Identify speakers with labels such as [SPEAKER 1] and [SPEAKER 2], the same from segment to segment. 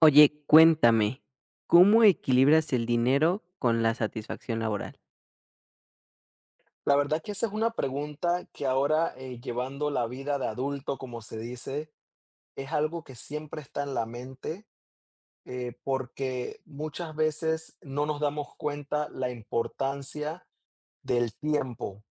[SPEAKER 1] Oye, cuéntame, ¿cómo equilibras el dinero con la satisfacción laboral?
[SPEAKER 2] La verdad que esa es una pregunta que ahora, llevando la vida de adulto, como se dice, es algo que siempre está en la mente, porque muchas veces no nos damos cuenta la importancia del tiempo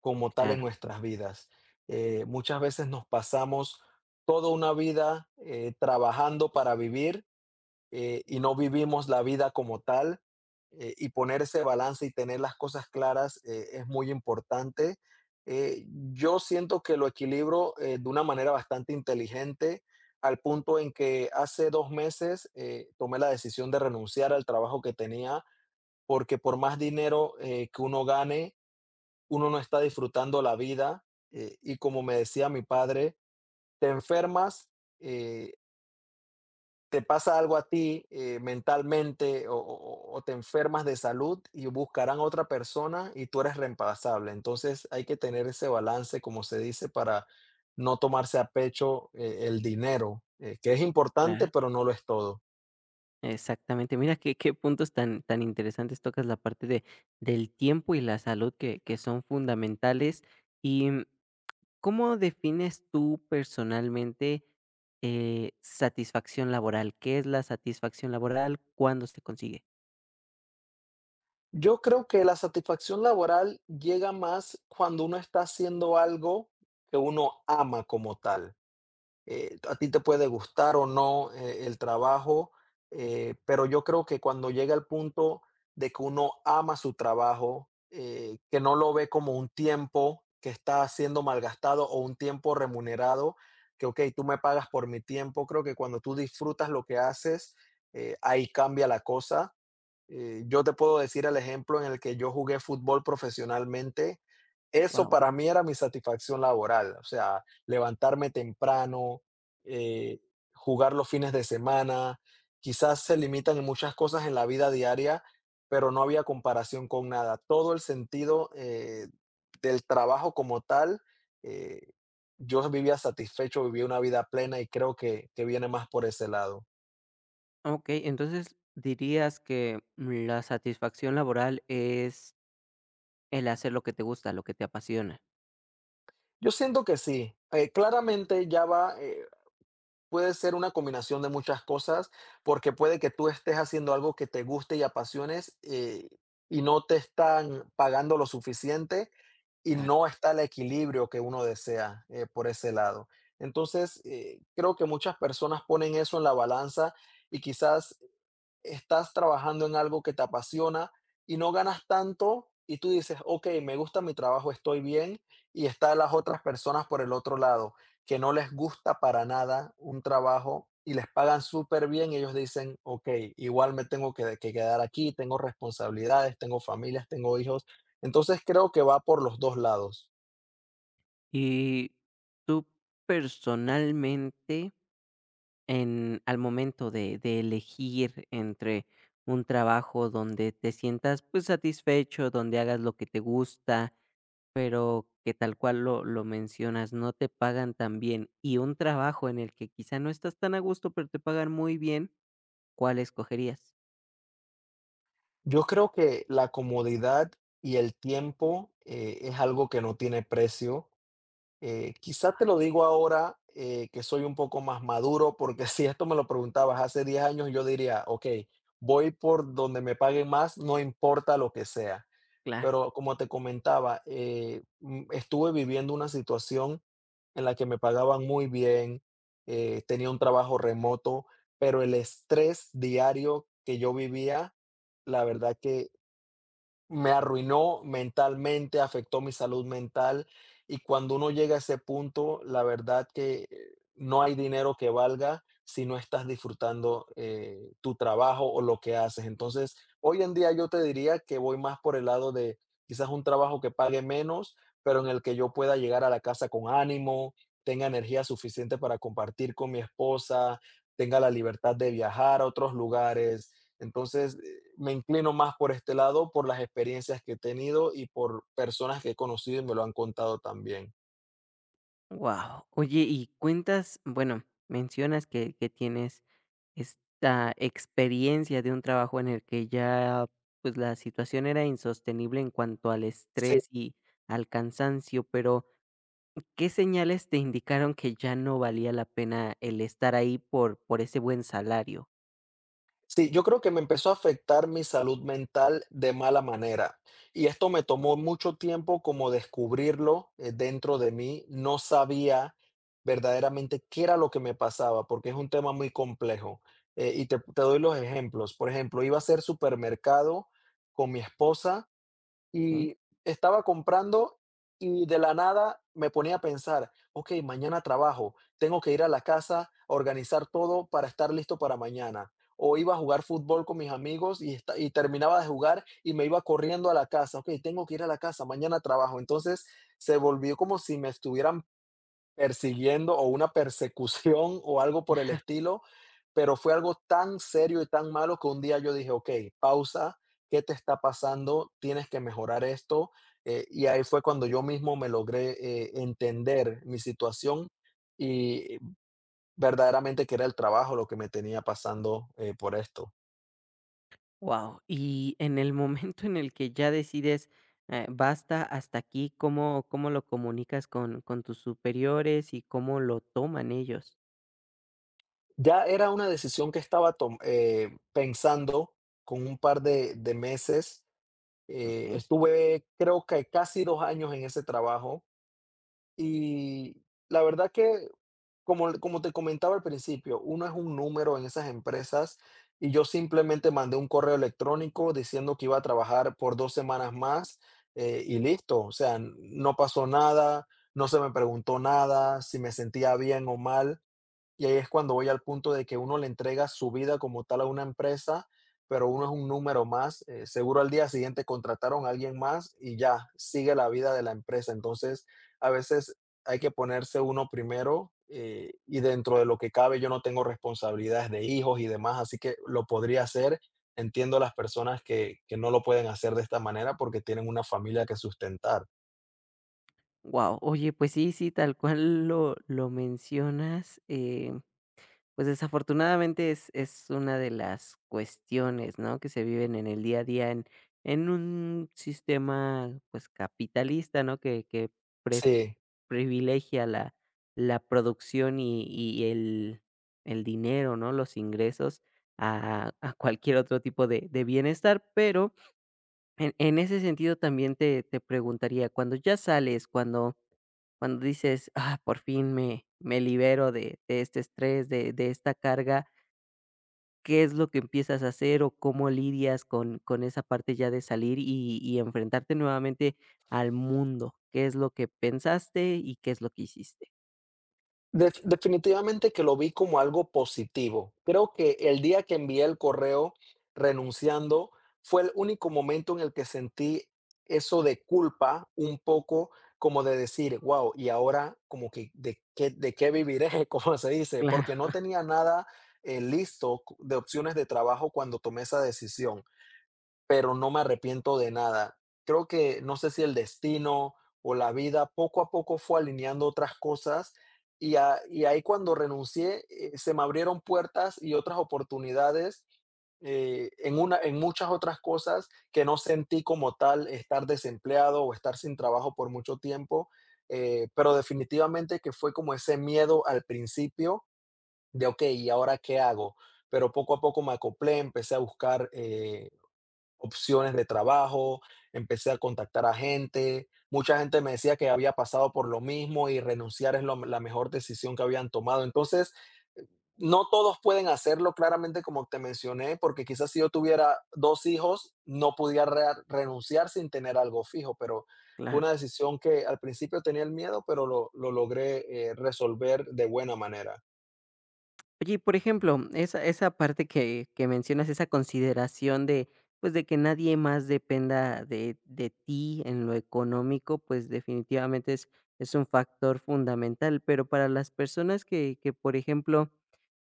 [SPEAKER 2] como tal en
[SPEAKER 1] Claro,
[SPEAKER 2] nuestras vidas. Muchas veces nos pasamos toda una vida trabajando para vivir y no vivimos la vida como tal. Y poner ese balance y tener las cosas claras es muy importante. Eh, yo siento que lo equilibro de una manera bastante inteligente, al punto en que hace 2 meses tomé la decisión de renunciar al trabajo que tenía, porque por más dinero que uno gane, uno no está disfrutando la vida. Y como me decía mi padre, te enfermas, eh, te pasa algo a ti mentalmente o te enfermas de salud y buscarán otra persona y tú eres reemplazable. Entonces hay que tener ese balance, como se dice, para no tomarse a pecho el dinero, que es importante,
[SPEAKER 1] claro,
[SPEAKER 2] pero no lo es todo.
[SPEAKER 1] exactamente. Mira qué puntos tan interesantes tocas la parte del tiempo y la salud que son fundamentales. ¿Y cómo defines tú personalmente satisfacción laboral? ¿Qué es la satisfacción laboral? ¿Cuándo se consigue?
[SPEAKER 2] Yo creo que la satisfacción laboral llega más cuando uno está haciendo algo que uno ama como tal. A ti te puede gustar o no el trabajo, pero yo creo que cuando llega el punto de que uno ama su trabajo, que no lo ve como un tiempo que está siendo malgastado o un tiempo remunerado, que, ok, tú me pagas por mi tiempo, creo que cuando tú disfrutas lo que haces, ahí cambia la cosa. Yo te puedo decir el ejemplo en el que yo jugué fútbol profesionalmente. Eso
[SPEAKER 1] Wow.
[SPEAKER 2] para mí era mi satisfacción laboral, o sea, levantarme temprano, eh, jugar los fines de semana. Quizás se limitan en muchas cosas en la vida diaria, pero no había comparación con nada. Todo el sentido del trabajo como tal, eh, yo vivía satisfecho, vivía una vida plena y creo que viene más por ese lado.
[SPEAKER 1] Ok, entonces dirías que la satisfacción laboral es el hacer lo que te gusta, lo que te apasiona,
[SPEAKER 2] Yo siento que sí. Claramente ya va, puede ser una combinación de muchas cosas, porque puede que tú estés haciendo algo que te guste y apasiones, y no te están pagando lo suficiente y
[SPEAKER 1] claro.
[SPEAKER 2] no está el equilibrio que uno desea por ese lado. Entonces, creo que muchas personas ponen eso en la balanza y quizás estás trabajando en algo que te apasiona y no ganas tanto y tú dices, ok, me gusta mi trabajo, estoy bien, y están las otras personas por el otro lado, que no les gusta para nada un trabajo y les pagan súper bien y ellos dicen, ok, igual me tengo que quedar aquí, tengo responsabilidades, tengo familias, tengo hijos. Entonces creo que va por los dos lados.
[SPEAKER 1] Y tú personalmente, en al momento de elegir entre un trabajo donde te sientas, pues, satisfecho, donde hagas lo que te gusta, pero que tal cual lo mencionas, no te pagan tan bien, y un trabajo en el que quizá no estás tan a gusto, pero te pagan muy bien, ¿cuál escogerías?
[SPEAKER 2] Yo creo que la comodidad y el tiempo es algo que no tiene precio. Quizá te lo digo ahora que soy un poco más maduro, porque si esto me lo preguntabas hace 10 años, yo diría, ok, voy por donde me paguen más, no importa lo que sea.
[SPEAKER 1] Claro.
[SPEAKER 2] Pero como te comentaba, estuve viviendo una situación en la que me pagaban muy bien, tenía un trabajo remoto, pero el estrés diario que yo vivía, la verdad que me arruinó mentalmente, afectó mi salud mental y cuando uno llega a ese punto, la verdad que no hay dinero que valga si no estás disfrutando tu trabajo o lo que haces. Entonces, hoy en día yo te diría que voy más por el lado de quizás un trabajo que pague menos, pero en el que yo pueda llegar a la casa con ánimo, tenga energía suficiente para compartir con mi esposa, tenga la libertad de viajar a otros lugares. Entonces, me inclino más por este lado, por las experiencias que he tenido y por personas que he conocido y me lo han contado también.
[SPEAKER 1] Wow. Oye, y cuentas, bueno, mencionas que tienes esta experiencia de un trabajo en el que ya, pues, la situación era insostenible en cuanto al
[SPEAKER 2] Sí,
[SPEAKER 1] estrés y al cansancio, pero ¿qué señales te indicaron que ya no valía la pena el estar ahí por ese buen salario?
[SPEAKER 2] sí, yo creo que me empezó a afectar mi salud mental de mala manera y esto me tomó mucho tiempo como descubrirlo dentro de mí. No sabía verdaderamente qué era lo que me pasaba porque es un tema muy complejo. Y te doy los ejemplos. Por ejemplo, iba a hacer supermercado con mi esposa
[SPEAKER 1] Wow.
[SPEAKER 2] y estaba comprando y de la nada me ponía a pensar, ok, mañana trabajo, tengo que ir a la casa a organizar todo para estar listo para mañana. O iba a jugar fútbol con mis amigos y, y terminaba de jugar y me iba corriendo a la casa, ok, tengo que ir a la casa, mañana trabajo. Entonces se volvió como si me estuvieran persiguiendo, o una persecución o algo por el estilo, pero fue algo tan serio y tan malo que un día yo dije: "Okey, pausa, ¿qué te está pasando? Tienes que mejorar esto", y ahí fue cuando yo mismo me logré, entender mi situación y verdaderamente que era el trabajo lo que me tenía pasando, por esto.
[SPEAKER 1] Y en el momento en el que ya decides, basta, hasta aquí, ¿cómo lo comunicas con tus superiores y cómo lo toman ellos?
[SPEAKER 2] Ya era una decisión que estaba tom pensando con un par de meses,
[SPEAKER 1] Okey.
[SPEAKER 2] estuve creo que casi 2 años en ese trabajo. Y la verdad que, como te comentaba al principio, uno es un número en esas empresas y yo simplemente mandé un correo electrónico diciendo que iba a trabajar por 2 semanas más y listo. O sea, no pasó nada, no se me preguntó nada, si me sentía bien o mal. Y ahí es cuando voy al punto de que uno le entrega su vida como tal a una empresa, pero uno es un número más. Seguro al día siguiente contrataron a alguien más y ya, sigue la vida de la empresa. Entonces, a veces hay que ponerse uno primero y dentro de lo que cabe yo no tengo responsabilidades de hijos y demás, así que lo podría hacer. Entiendo a las personas que no lo pueden hacer de esta manera porque tienen una familia que sustentar.
[SPEAKER 1] Guau. Oye, pues sí, sí, tal cual lo mencionas, pues desafortunadamente es una de las cuestiones, ¿no?, que se viven en el día a día en un sistema, pues, capitalista, ¿no?, que pre
[SPEAKER 2] Sí.
[SPEAKER 1] privilegia la la producción y el dinero, ¿no?, los ingresos a cualquier otro tipo de bienestar. Pero en ese sentido también te preguntaría, cuando ya sales, cuando cuando dices: "Ah, por fin me libero de este estrés, de esta carga", ¿qué es lo que empiezas a hacer o cómo lidias con esa parte ya de salir y enfrentarte nuevamente al mundo? ¿Qué es lo que pensaste y qué es lo que hiciste?
[SPEAKER 2] Definitivamente que lo vi como algo positivo. Creo que el día que envié el correo renunciando fue el único momento en el que sentí eso de culpa, un poco como de decir, wow, y ahora como que de qué viviré, como se dice,
[SPEAKER 1] Claro,
[SPEAKER 2] porque no tenía nada listo de opciones de trabajo cuando tomé esa decisión, pero no me arrepiento de nada. Creo que no sé si el destino o la vida poco a poco fue alineando otras cosas y, y ahí cuando renuncié se me abrieron puertas y otras oportunidades en muchas otras cosas que no sentí como tal estar desempleado o estar sin trabajo por mucho tiempo, pero definitivamente que fue como ese miedo al principio de, ok, ¿y ahora qué hago? Pero poco a poco me acoplé, empecé a buscar opciones de trabajo, empecé a contactar a gente, mucha gente me decía que había pasado por lo mismo y renunciar es lo la mejor decisión que habían tomado. Entonces, eh, no todos pueden hacerlo, claramente, como te mencioné, porque quizás si yo tuviera 2 hijos, no pudiera rea renunciar sin tener algo fijo, pero fue
[SPEAKER 1] claro.
[SPEAKER 2] una decisión que al principio tenía el miedo, pero lo logré, resolver de buena manera.
[SPEAKER 1] Oye, y por ejemplo, esa parte que mencionas, esa consideración de, pues, de que nadie más dependa de ti en lo económico, pues, definitivamente es un factor fundamental, pero para las personas que, por ejemplo,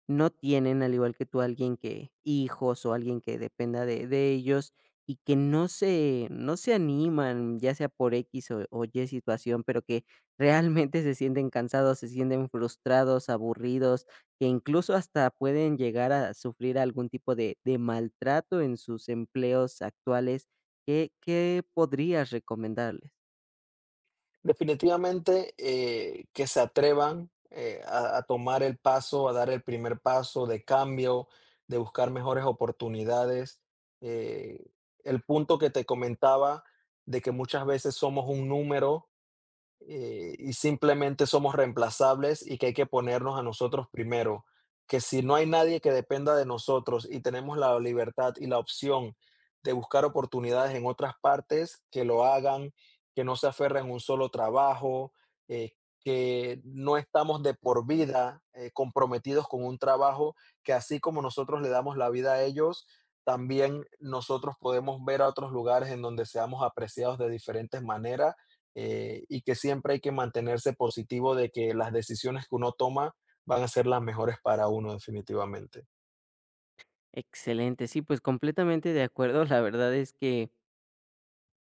[SPEAKER 1] no tienen, al igual que tú, alguien que hijos o alguien que dependa de ellos y que no se no se animan, ya sea por X o Y situación, pero que realmente se sienten cansados, se sienten frustrados, aburridos, que incluso hasta pueden llegar a sufrir algún tipo de maltrato en sus empleos actuales, ¿qué podrías recomendarles?
[SPEAKER 2] Definitivamente, que se atrevan, a tomar el paso, a dar el primer paso de cambio, de buscar mejores oportunidades. Eh, el punto que te comentaba de que muchas veces somos un número y simplemente somos reemplazables y que hay que ponernos a nosotros primero, que si no hay nadie que dependa de nosotros y tenemos la libertad y la opción de buscar oportunidades en otras partes, que lo hagan, que no se aferren a un solo trabajo, eh, que no estamos de por vida comprometidos con un trabajo, que así como nosotros le damos la vida a ellos, también nosotros podemos ver a otros lugares en donde seamos apreciados de diferentes maneras y que siempre hay que mantenerse positivo de que las decisiones que uno toma van a ser las mejores para uno definitivamente.
[SPEAKER 1] Excelente, sí, pues completamente de acuerdo. La verdad es que,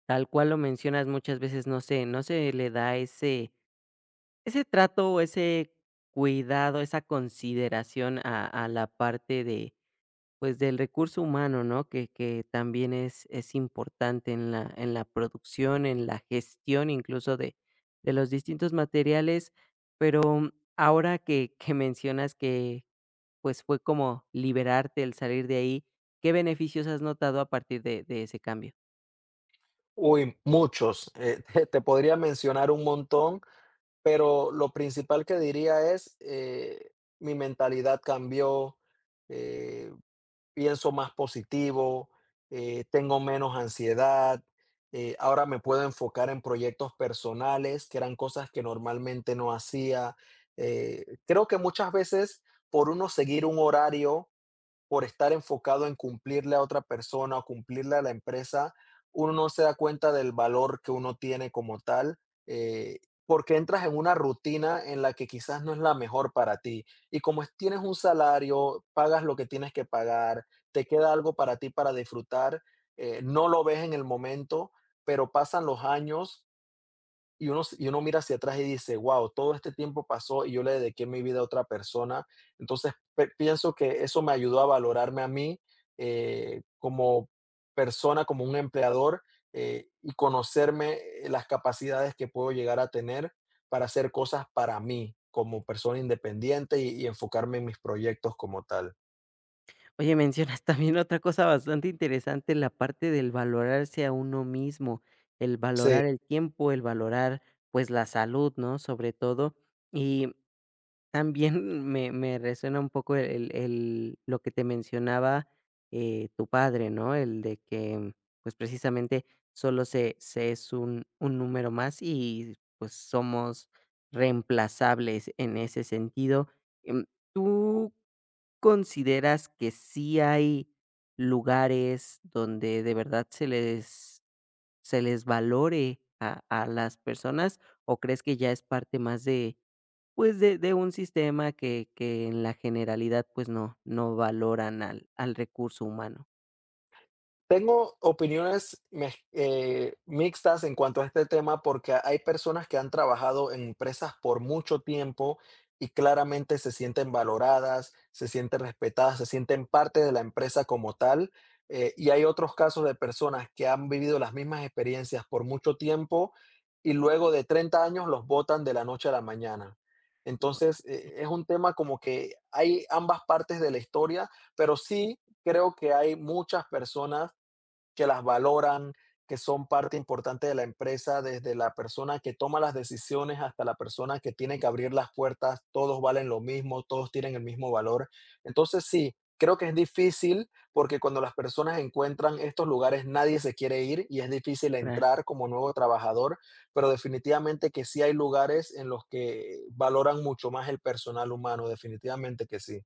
[SPEAKER 1] tal cual lo mencionas, muchas veces no se no se le da ese trato o ese cuidado, esa consideración a la parte de pues del recurso humano, ¿no? Que también es importante en la producción, en la gestión incluso de los distintos materiales, pero ahora que mencionas que pues fue como liberarte el salir de ahí, ¿qué beneficios has notado a partir de ese cambio?
[SPEAKER 2] Uy, muchos. Te podría mencionar un montón, pero lo principal que diría es, mi mentalidad cambió, eh, pienso más positivo, tengo menos ansiedad, ahora me puedo enfocar en proyectos personales, que eran cosas que normalmente no hacía. Creo que muchas veces por uno seguir un horario, por estar enfocado en cumplirle a otra persona o cumplirle a la empresa, uno no se da cuenta del valor que uno tiene como tal, porque entras en una rutina en la que quizás no es la mejor para ti. Y como tienes un salario, pagas lo que tienes que pagar, te queda algo para ti para disfrutar, no lo ves en el momento, pero pasan los años y uno, y uno mira hacia atrás y dice, wow, todo este tiempo pasó y yo le dediqué mi vida a otra persona. Entonces, pienso que eso me ayudó a valorarme a mí como persona, como un empleador y conocerme las capacidades que puedo llegar a tener para hacer cosas para mí como persona independiente y enfocarme en mis proyectos como tal.
[SPEAKER 1] Oye, mencionas también otra cosa bastante interesante, la parte del valorarse a uno mismo, el
[SPEAKER 2] Sí.
[SPEAKER 1] valorar el tiempo, el valorar pues la salud, ¿no? Sobre todo. También me resuena un poco el lo que te mencionaba, tu padre, ¿no? El de que, pues, precisamente solo se es un número más y, pues, somos reemplazables en ese sentido. Em, ¿Tú consideras que sí hay lugares donde de verdad se les valore a las personas o crees que ya es parte más de, pues de un sistema que en la generalidad pues no, no valoran al, al recurso humano?
[SPEAKER 2] Tengo opiniones mez mixtas en cuanto a este tema, porque hay personas que han trabajado en empresas por mucho tiempo y claramente se sienten valoradas, se sienten respetadas, se sienten parte de la empresa como tal, y hay otros casos de personas que han vivido las mismas experiencias por mucho tiempo y luego de 30 años los botan de la noche a la mañana. Entonces, es un tema como que hay ambas partes de la historia, pero sí creo que hay muchas personas que las valoran, que son parte importante de la empresa, desde la persona que toma las decisiones hasta la persona que tiene que abrir las puertas, todos valen lo mismo, todos tienen el mismo valor. Entonces sí, creo que es difícil porque cuando las personas encuentran estos lugares nadie se quiere ir y es difícil entrar como nuevo trabajador, pero definitivamente que sí hay lugares en los que valoran mucho más el personal humano, definitivamente que sí.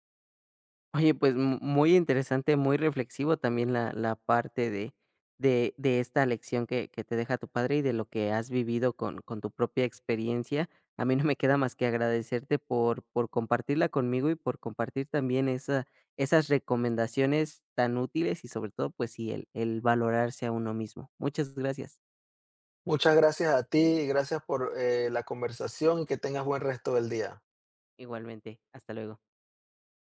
[SPEAKER 1] Oye, pues mu muy interesante, muy reflexivo también la la parte de de esta lección que te deja tu padre y de lo que has vivido con tu propia experiencia. A mí no me queda más que agradecerte por compartirla conmigo y por compartir también esa esas recomendaciones tan útiles y sobre todo, pues sí, el valorarse a uno mismo. Muchas gracias.
[SPEAKER 2] Muchas gracias a ti y gracias por la conversación y que tengas buen resto del día.
[SPEAKER 1] Igualmente, hasta luego.